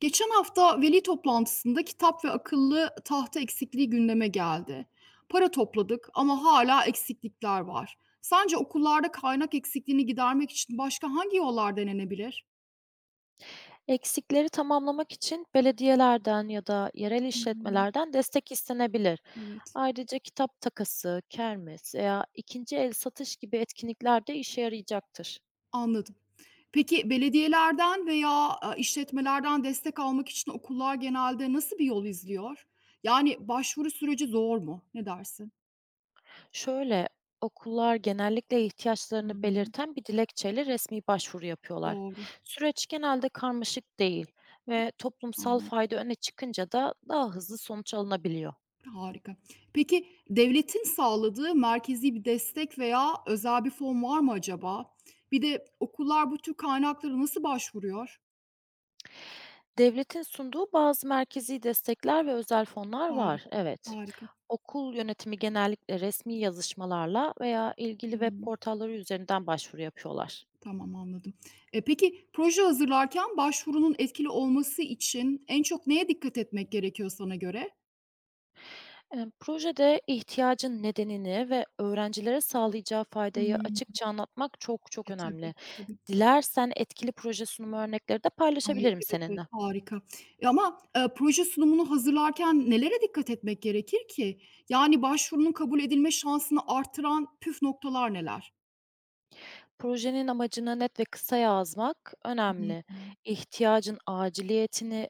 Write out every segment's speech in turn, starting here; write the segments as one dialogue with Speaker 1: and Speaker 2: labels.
Speaker 1: Geçen hafta veli toplantısında kitap ve akıllı tahta eksikliği gündeme geldi. Para topladık ama hala eksiklikler var. Sence okullarda kaynak eksikliğini gidermek için başka hangi yollar denenebilir?
Speaker 2: Eksikleri tamamlamak için belediyelerden ya da yerel işletmelerden destek istenebilir.
Speaker 1: Evet,
Speaker 2: Ayrıca kitap takası, kermes veya ikinci el satış gibi etkinlikler de işe yarayacaktır.
Speaker 1: anladım. Peki belediyelerden veya işletmelerden destek almak için okullar genelde nasıl bir yol izliyor? Yani başvuru süreci zor mu? Ne dersin?
Speaker 2: Şöyle, okullar genellikle ihtiyaçlarını
Speaker 1: Hmm,
Speaker 2: belirten bir dilekçeyle resmi başvuru yapıyorlar.
Speaker 1: doğru,
Speaker 2: Süreç genelde karmaşık değil ve toplumsal
Speaker 1: anladım.
Speaker 2: fayda öne çıkınca da daha hızlı sonuç alınabiliyor.
Speaker 1: Harika. Peki devletin sağladığı merkezi bir destek veya özel bir fon var mı acaba? Bir de okullar bu tür kaynaklara nasıl başvuruyor?
Speaker 2: Devletin sunduğu bazı merkezi destekler ve özel fonlar var,
Speaker 1: Harika,
Speaker 2: evet.
Speaker 1: harika.
Speaker 2: Okul yönetimi genellikle resmi yazışmalarla veya ilgili web
Speaker 1: Hımm.
Speaker 2: portalları üzerinden başvuru yapıyorlar.
Speaker 1: Tamam, anladım. Peki proje hazırlarken başvurunun etkili olması için en çok neye dikkat etmek gerekiyor sana göre?
Speaker 2: Projede ihtiyacın nedenini ve öğrencilere sağlayacağı faydayı
Speaker 1: Hımm.
Speaker 2: açıkça anlatmak çok çok
Speaker 1: Tabii,
Speaker 2: önemli.
Speaker 1: tabii.
Speaker 2: Dilersen etkili proje sunumu örnekleri de
Speaker 1: Ay,
Speaker 2: paylaşabilirim
Speaker 1: evet,
Speaker 2: seninle.
Speaker 1: evet, harika. Ama proje sunumunu hazırlarken nelere dikkat etmek gerekir ki? Yani başvurunun kabul edilme şansını artıran püf noktalar neler?
Speaker 2: Projenin amacını net ve kısa yazmak
Speaker 1: Hı
Speaker 2: önemli.
Speaker 1: hı.
Speaker 2: İhtiyacın aciliyetini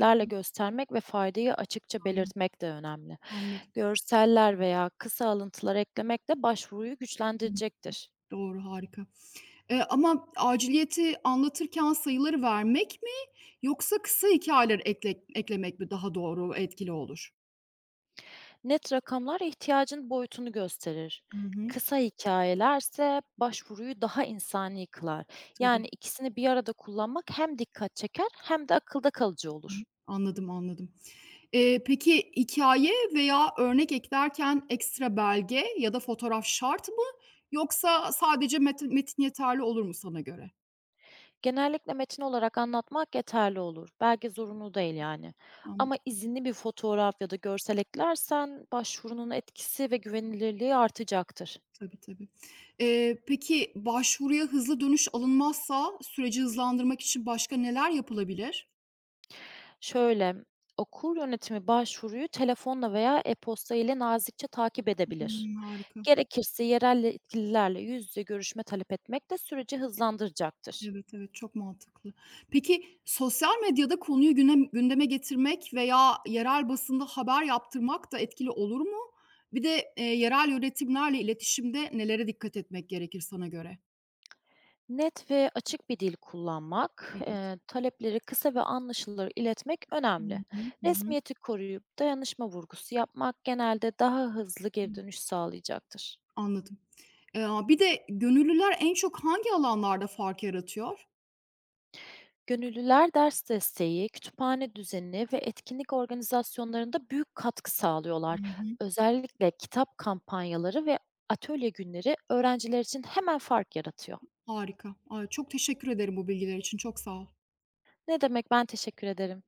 Speaker 1: Hı hı.
Speaker 2: göstermek ve faydayı açıkça
Speaker 1: Anladım,
Speaker 2: belirtmek de önemli.
Speaker 1: anladım.
Speaker 2: Görseller veya kısa alıntılar eklemek de başvuruyu
Speaker 1: Hı hı.
Speaker 2: güçlendirecektir.
Speaker 1: Doğru, harika. Ama aciliyeti anlatırken sayıları vermek mi yoksa kısa hikâyeler eklemek mi daha doğru, etkili olur?
Speaker 2: Net rakamlar ihtiyacın boyutunu gösterir.
Speaker 1: Hı hı.
Speaker 2: Kısa hikayelerse başvuruyu daha insani kılar. Yani
Speaker 1: Tabii.
Speaker 2: ikisini bir arada kullanmak hem dikkat çeker hem de akılda kalıcı
Speaker 1: Hı
Speaker 2: olur.
Speaker 1: hı. Anladım, anladım. Peki hikaye veya örnek eklerken ekstra belge ya da fotoğraf şart mı yoksa sadece metin yeterli olur mu sana göre?
Speaker 2: Genellikle metin olarak anlatmak yeterli olur. Belge zorunlu değil yani. Ama
Speaker 1: Anladım.
Speaker 2: izinli bir fotoğraf ya da görsel eklersen başvurunun etkisi ve güvenilirliği artacaktır.
Speaker 1: Tabii, tabii. Peki başvuruya hızlı dönüş alınmazsa süreci hızlandırmak için başka neler yapılabilir?
Speaker 2: Şöyle, okur yönetimi başvuruyu telefonla veya e-posta ile nazikçe takip edebilir.
Speaker 1: Hımm, harika.
Speaker 2: Gerekirse yerel yetkililerle yüz yüze görüşme talep etmek de süreci hızlandıracaktır.
Speaker 1: Evet, evet, çok mantıklı. Peki sosyal medyada konuyu gündeme getirmek veya yerel basında haber yaptırmak da etkili olur mu? Bir de yerel yönetimlerle iletişimde nelere dikkat etmek gerekir sana göre?
Speaker 2: Net ve açık bir dil kullanmak,
Speaker 1: Evet.
Speaker 2: talepleri kısa ve anlaşılır iletmek
Speaker 1: Hı
Speaker 2: önemli.
Speaker 1: hı. Hı hı.
Speaker 2: Resmiyeti koruyup dayanışma vurgusu yapmak genelde daha hızlı geri dönüş sağlayacaktır.
Speaker 1: Anladım. Eee, Bir de gönüllüler en çok hangi alanlarda fark yaratıyor?
Speaker 2: Gönüllüler ders desteği, kütüphane düzeni ve etkinlik organizasyonlarında büyük katkı
Speaker 1: Hı
Speaker 2: sağlıyorlar.
Speaker 1: hı.
Speaker 2: Özellikle kitap kampanyaları ve atölye günleri öğrenciler için hemen fark yaratıyor.
Speaker 1: Harika. Ay, çok teşekkür ederim bu bilgiler için. Çok sağ ol.
Speaker 2: Ne demek, ben teşekkür ederim.